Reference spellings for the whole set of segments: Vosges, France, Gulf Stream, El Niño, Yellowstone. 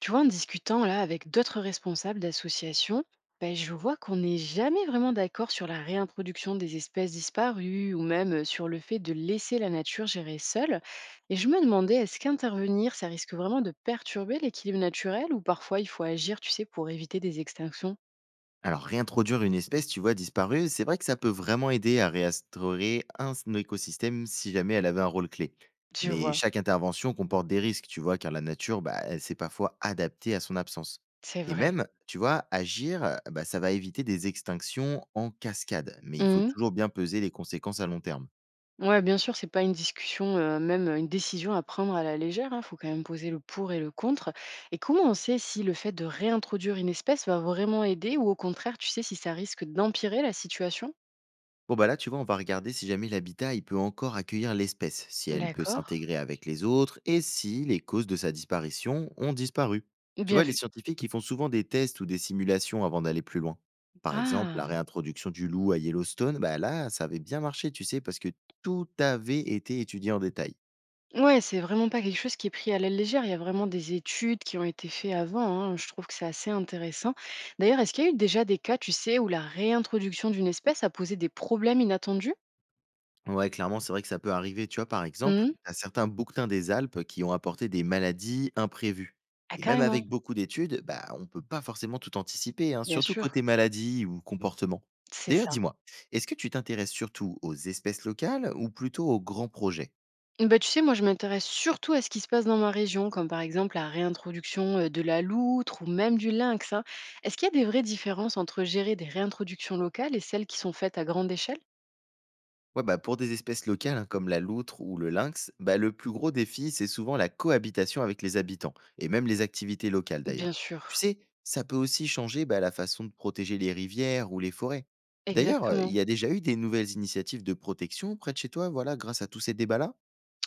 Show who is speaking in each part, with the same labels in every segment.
Speaker 1: Tu vois, en discutant là avec d'autres responsables d'associations, ben, je vois qu'on n'est jamais vraiment d'accord sur la réintroduction des espèces disparues ou même sur le fait de laisser la nature gérer seule. Et je me demandais, est-ce qu'intervenir, ça risque vraiment de perturber l'équilibre naturel ou parfois il faut agir, tu sais, pour éviter des extinctions.
Speaker 2: Alors, réintroduire une espèce, tu vois, disparue, c'est vrai que ça peut vraiment aider à réinstaurer un écosystème si jamais elle avait un rôle clé.
Speaker 1: Je
Speaker 2: Mais
Speaker 1: vois,
Speaker 2: chaque intervention comporte des risques, tu vois, car la nature, bah, elle s'est parfois adaptée à son absence.
Speaker 1: c'est
Speaker 2: Et
Speaker 1: vrai.
Speaker 2: même, tu vois, agir, bah, ça va éviter des extinctions en cascade, mais il faut
Speaker 1: Mmh.
Speaker 2: toujours bien peser les conséquences à long terme.
Speaker 1: Ouais, bien sûr, c'est pas une discussion, même, une décision à prendre à la légère. Il faut quand même poser le pour et le contre. Et comment on sait si le fait de réintroduire une espèce va vraiment aider ou au contraire, tu sais, si ça risque d'empirer la situation?
Speaker 2: Bon bah là, tu vois, on va regarder si jamais l'habitat, il peut encore accueillir l'espèce, si elle peut
Speaker 1: D'accord.
Speaker 2: s'intégrer avec les autres et si les causes de sa disparition ont disparu. Tu
Speaker 1: Bien
Speaker 2: vois, les
Speaker 1: vu.
Speaker 2: scientifiques, ils font souvent des tests ou des simulations avant d'aller plus loin. Par exemple, la
Speaker 1: Ah!
Speaker 2: réintroduction du loup à Yellowstone, bah là, ça avait bien marché, tu sais, parce que tout avait été étudié en détail.
Speaker 1: Ouais, c'est vraiment pas quelque chose qui est pris à la légère. Il y a vraiment des études qui ont été faites avant, hein. Je trouve que c'est assez intéressant. D'ailleurs, est-ce qu'il y a eu déjà des cas, tu sais, où la réintroduction d'une espèce a posé des problèmes inattendus?
Speaker 2: Ouais, clairement, c'est vrai que ça peut arriver. Tu vois, par exemple,
Speaker 1: Mmh.
Speaker 2: à certains bouquetins des Alpes qui ont apporté des maladies imprévues.
Speaker 1: Ah
Speaker 2: Et même
Speaker 1: carrément!
Speaker 2: avec beaucoup d'études, bah, on ne peut pas forcément tout anticiper, hein,
Speaker 1: Bien
Speaker 2: surtout
Speaker 1: sûr,
Speaker 2: côté maladie ou comportement.
Speaker 1: c'est
Speaker 2: D'ailleurs,
Speaker 1: ça.
Speaker 2: dis-moi, est-ce que tu t'intéresses surtout aux espèces locales ou plutôt aux grands projets?
Speaker 1: Bah, tu sais, moi, je m'intéresse surtout à ce qui se passe dans ma région, comme par exemple la réintroduction de la loutre ou même du lynx, hein. Est-ce qu'il y a des vraies différences entre gérer des réintroductions locales et celles qui sont faites à grande échelle?
Speaker 2: Ouais, bah, pour des espèces locales hein, comme la loutre ou le lynx, bah, le plus gros défi, c'est souvent la cohabitation avec les habitants, et même les activités locales
Speaker 1: Bien
Speaker 2: d'ailleurs. Tu
Speaker 1: sûr,
Speaker 2: sais, ça peut aussi changer bah, la façon de protéger les rivières ou les forêts. D'ailleurs, il
Speaker 1: exactement.
Speaker 2: y a déjà eu des nouvelles initiatives de protection près de chez toi, voilà, grâce à tous ces débats-là?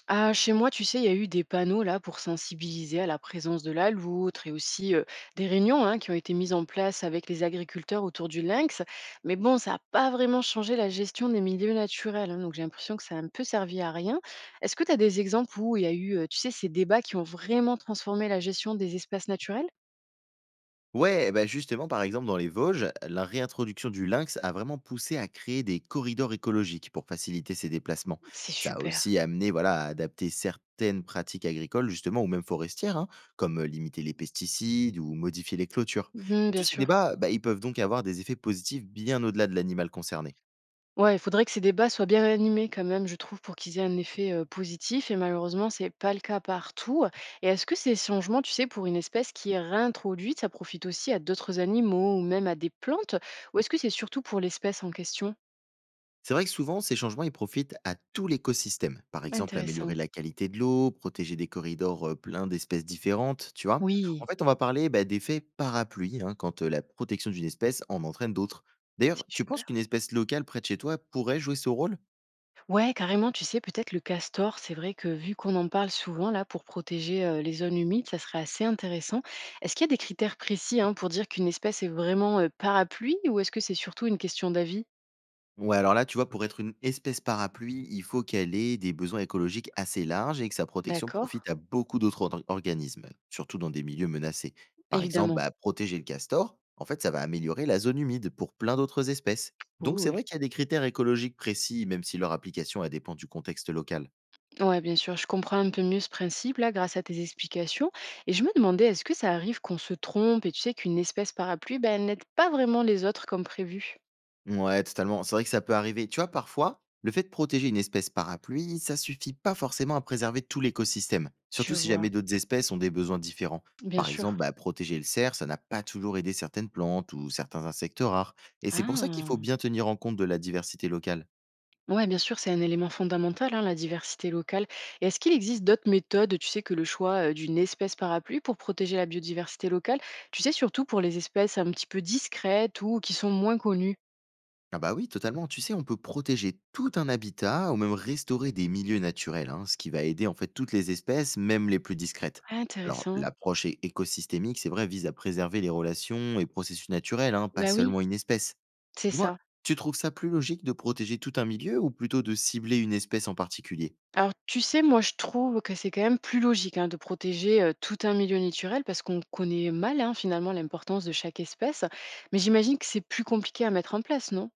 Speaker 1: Ah, chez moi, tu sais, il y a eu des panneaux là pour sensibiliser à la présence de la loutre et aussi des réunions hein, qui ont été mises en place avec les agriculteurs autour du lynx. Mais bon, ça n'a pas vraiment changé la gestion des milieux naturels, hein, donc j'ai l'impression que ça a un peu servi à rien. Est-ce que tu as des exemples où il y a eu, tu sais, ces débats qui ont vraiment transformé la gestion des espaces naturels?
Speaker 2: Ouais, bah, justement, par exemple, dans les Vosges, la réintroduction du lynx a vraiment poussé à créer des corridors écologiques pour faciliter ses déplacements.
Speaker 1: C'est
Speaker 2: Ça a
Speaker 1: super.
Speaker 2: aussi amené voilà, à adapter certaines pratiques agricoles, justement, ou même forestières, hein, comme limiter les pesticides ou modifier les clôtures.
Speaker 1: Mhm,
Speaker 2: Et
Speaker 1: bien
Speaker 2: tous ces
Speaker 1: sûr.
Speaker 2: débats, bah, ils peuvent donc avoir des effets positifs bien au-delà de l'animal concerné.
Speaker 1: Ouais, il faudrait que ces débats soient bien animés quand même, je trouve, pour qu'ils aient un effet positif. Et malheureusement, c'est pas le cas partout. Et est-ce que ces changements, tu sais, pour une espèce qui est réintroduite, ça profite aussi à d'autres animaux ou même à des plantes? Ou est-ce que c'est surtout pour l'espèce en question?
Speaker 2: C'est vrai que souvent, ces changements, ils profitent à tout l'écosystème. Par exemple, améliorer
Speaker 1: Intéressant.
Speaker 2: la qualité de l'eau, protéger des corridors pleins d'espèces différentes, tu vois.
Speaker 1: Oui,
Speaker 2: En fait, on va parler bah, d'effet parapluie, hein, quand la protection d'une espèce en entraîne d'autres. D'ailleurs,
Speaker 1: c'est
Speaker 2: tu penses qu'une
Speaker 1: super.
Speaker 2: espèce locale près de chez toi pourrait jouer ce rôle?
Speaker 1: Ouais, carrément, tu sais, peut-être le castor, c'est vrai que vu qu'on en parle souvent, là, pour protéger les zones humides, ça serait assez intéressant. Est-ce qu'il y a des critères précis hein, pour dire qu'une espèce est vraiment parapluie ou est-ce que c'est surtout une question d'avis?
Speaker 2: Ouais, alors là, tu vois, pour être une espèce parapluie, il faut qu'elle ait des besoins écologiques assez larges et que sa protection
Speaker 1: D'accord,
Speaker 2: profite à beaucoup d'autres organismes, surtout dans des milieux menacés. Par exemple,
Speaker 1: évidemment.
Speaker 2: bah, protéger le castor, en fait, ça va améliorer la zone humide pour plein d'autres espèces. Donc, c'est
Speaker 1: Cool.
Speaker 2: vrai qu'il y a des critères écologiques précis, même si leur application elle dépend du contexte local.
Speaker 1: Ouais, bien sûr, je comprends un peu mieux ce principe-là grâce à tes explications. Et je me demandais, est-ce que ça arrive qu'on se trompe et tu sais qu'une espèce parapluie, ben, elle n'aide pas vraiment les autres comme prévu?
Speaker 2: Ouais, totalement. C'est vrai que ça peut arriver. Tu vois, parfois, le fait de protéger une espèce parapluie, ça suffit pas forcément à préserver tout l'écosystème, surtout
Speaker 1: Je
Speaker 2: si jamais
Speaker 1: vois,
Speaker 2: d'autres espèces ont des besoins différents.
Speaker 1: bien
Speaker 2: Par
Speaker 1: sûr.
Speaker 2: exemple, bah, protéger le cerf, ça n'a pas toujours aidé certaines plantes ou certains insectes rares. Et c'est pour ça qu'il faut
Speaker 1: Ah,
Speaker 2: bien tenir en compte de la diversité locale.
Speaker 1: ouais, bien sûr, c'est un élément fondamental, hein, la diversité locale. Et est-ce qu'il existe d'autres méthodes, tu sais, que le choix d'une espèce parapluie pour protéger la biodiversité locale? Tu sais, surtout pour les espèces un petit peu discrètes ou qui sont moins connues.
Speaker 2: Ah bah oui, totalement. Tu sais, on peut protéger tout un habitat ou même restaurer des milieux naturels, hein, ce qui va aider en fait toutes les espèces, même les plus discrètes.
Speaker 1: Ah,
Speaker 2: Alors,
Speaker 1: intéressant.
Speaker 2: l'approche écosystémique, c'est vrai, vise à préserver les relations et processus naturels, hein, pas
Speaker 1: Bah oui,
Speaker 2: seulement une espèce.
Speaker 1: c'est
Speaker 2: Dis-moi,
Speaker 1: ça.
Speaker 2: tu trouves ça plus logique de protéger tout un milieu ou plutôt de cibler une espèce en particulier?
Speaker 1: Alors, tu sais, moi, je trouve que c'est quand même plus logique hein, de protéger tout un milieu naturel parce qu'on connaît mal hein, finalement l'importance de chaque espèce. Mais j'imagine que c'est plus compliqué à mettre en place, non?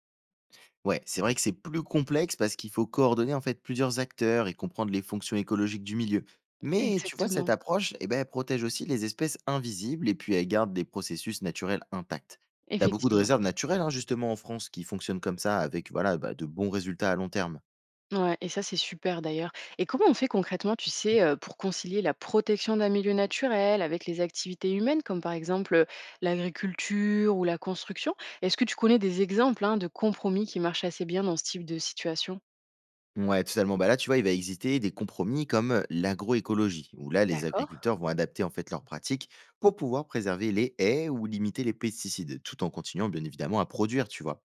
Speaker 2: Ouais, c'est vrai que c'est plus complexe parce qu'il faut coordonner en fait plusieurs acteurs et comprendre les fonctions écologiques du milieu. Mais tu vois, cette
Speaker 1: Exactement.
Speaker 2: approche, eh ben, elle protège aussi les espèces invisibles et puis elle garde des processus naturels intacts. T'as beaucoup de
Speaker 1: Effectivement.
Speaker 2: réserves naturelles hein, justement en France qui fonctionnent comme ça avec voilà bah, de bons résultats à long terme.
Speaker 1: Ouais, et ça, c'est super d'ailleurs. Et comment on fait concrètement, tu sais, pour concilier la protection d'un milieu naturel avec les activités humaines, comme par exemple l'agriculture ou la construction? Est-ce que tu connais des exemples hein, de compromis qui marchent assez bien dans ce type de situation?
Speaker 2: Ouais, totalement. Bah là, tu vois, il va exister des compromis comme l'agroécologie, où là, les
Speaker 1: D'accord.
Speaker 2: agriculteurs vont adapter en fait leurs pratiques pour pouvoir préserver les haies ou limiter les pesticides, tout en continuant bien évidemment à produire, tu vois.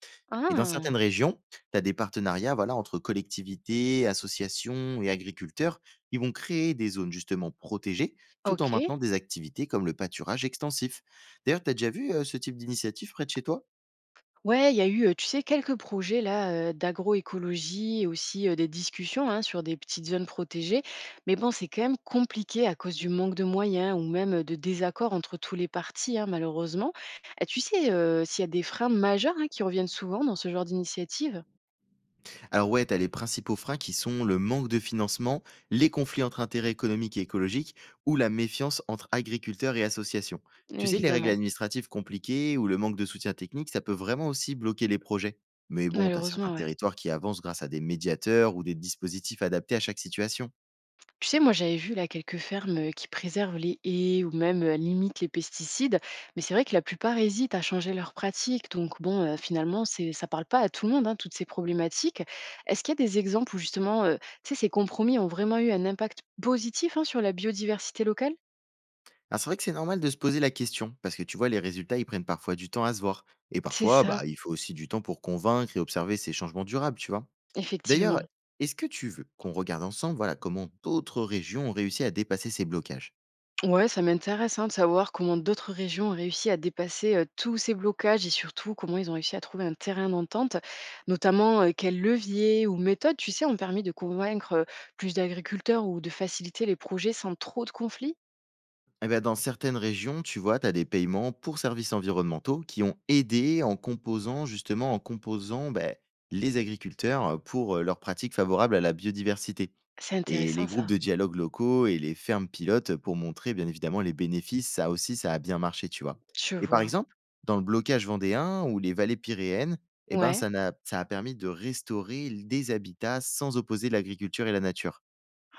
Speaker 2: Et dans certaines
Speaker 1: Ah,
Speaker 2: régions, tu as des partenariats voilà, entre collectivités, associations et agriculteurs. Ils vont créer des zones justement protégées tout en
Speaker 1: ok.
Speaker 2: maintenant des activités comme le pâturage extensif. D'ailleurs, tu as déjà vu ce type d'initiative près de chez toi?
Speaker 1: Ouais, il y a eu, tu sais, quelques projets là, d'agroécologie et aussi, des discussions, hein, sur des petites zones protégées. Mais bon, c'est quand même compliqué à cause du manque de moyens ou même, de désaccords entre tous les partis, hein, malheureusement. Et tu sais, s'il y a des freins majeurs, hein, qui reviennent souvent dans ce genre d'initiative?
Speaker 2: Alors ouais, tu les principaux freins qui sont le manque de financement, les conflits entre intérêts économiques et écologiques ou la méfiance entre agriculteurs et associations. Tu sais, les règles
Speaker 1: Évidemment,
Speaker 2: administratives compliquées ou le manque de soutien technique, ça peut vraiment aussi bloquer les projets. Mais bon, t'as certains
Speaker 1: malheureusement, ouais.
Speaker 2: territoires qui avancent grâce à des médiateurs ou des dispositifs adaptés à chaque situation.
Speaker 1: Tu sais, moi j'avais vu là quelques fermes qui préservent les haies ou même limitent les pesticides, mais c'est vrai que la plupart hésitent à changer leurs pratiques. Donc bon, finalement, c'est, ça parle pas à tout le monde, hein, toutes ces problématiques. Est-ce qu'il y a des exemples où justement, tu sais, ces compromis ont vraiment eu un impact positif hein, sur la biodiversité locale?
Speaker 2: Alors c'est vrai que c'est normal de se poser la question, parce que tu vois, les résultats, ils prennent parfois du temps à se voir. Et
Speaker 1: C'est
Speaker 2: parfois,
Speaker 1: ça,
Speaker 2: bah, il faut aussi du temps pour convaincre et observer ces changements durables, tu vois. D'ailleurs,
Speaker 1: effectivement.
Speaker 2: est-ce que tu veux qu'on regarde ensemble, voilà, comment d'autres régions ont réussi à dépasser ces blocages?
Speaker 1: Ouais, ça m'intéresse hein, de savoir comment d'autres régions ont réussi à dépasser tous ces blocages et surtout comment ils ont réussi à trouver un terrain d'entente, notamment quels leviers ou méthodes, tu sais, ont permis de convaincre plus d'agriculteurs ou de faciliter les projets sans trop de conflits.
Speaker 2: Eh ben, dans certaines régions, tu vois, tu as des paiements pour services environnementaux qui ont aidé en composant, justement, en composant ben, les agriculteurs pour leurs pratiques favorables à la biodiversité.
Speaker 1: C'est
Speaker 2: Et les
Speaker 1: intéressant
Speaker 2: groupes
Speaker 1: ça.
Speaker 2: de dialogue locaux et les fermes pilotes pour montrer, bien évidemment, les bénéfices, ça aussi, ça a bien marché, tu vois.
Speaker 1: Je
Speaker 2: Et par
Speaker 1: vois.
Speaker 2: exemple, dans le blocage vendéen ou les vallées pyréennes, eh ben,
Speaker 1: Ouais.
Speaker 2: ça, n'a- ça a permis de restaurer des habitats sans opposer l'agriculture et la nature.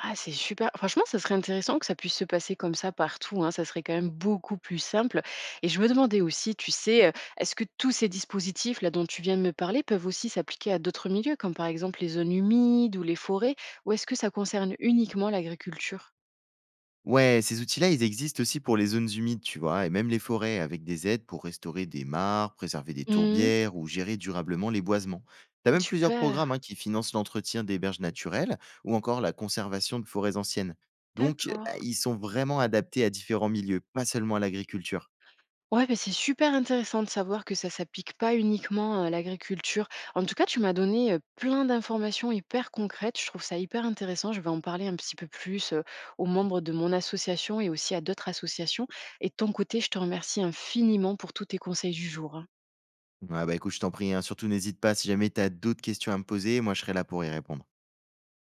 Speaker 1: Ah, c'est super. Franchement, ça serait intéressant que ça puisse se passer comme ça partout, hein. Ça serait quand même beaucoup plus simple. Et je me demandais aussi, tu sais, est-ce que tous ces dispositifs là dont tu viens de me parler peuvent aussi s'appliquer à d'autres milieux, comme par exemple les zones humides ou les forêts, ou est-ce que ça concerne uniquement l'agriculture?
Speaker 2: Ouais, ces outils-là, ils existent aussi pour les zones humides, tu vois, et même les forêts, avec des aides pour restaurer des mares, préserver des
Speaker 1: Mhm.
Speaker 2: tourbières ou gérer durablement les boisements. T'as même plusieurs
Speaker 1: Super.
Speaker 2: programmes hein, qui financent l'entretien des berges naturelles ou encore la conservation de forêts anciennes. Donc, bah,
Speaker 1: D'accord.
Speaker 2: ils sont vraiment adaptés à différents milieux, pas seulement à l'agriculture.
Speaker 1: Ouais, beh, c'est super intéressant de savoir que ça s'applique pas uniquement à l'agriculture. En tout cas, tu m'as donné plein d'informations hyper concrètes. Je trouve ça hyper intéressant. Je vais en parler un petit peu plus, aux membres de mon association et aussi à d'autres associations. Et de ton côté, je te remercie infiniment pour tous tes conseils du jour, hein.
Speaker 2: Ah bah écoute, je t'en prie, hein, surtout n'hésite pas si jamais t'as d'autres questions à me poser, moi je serai là pour y répondre.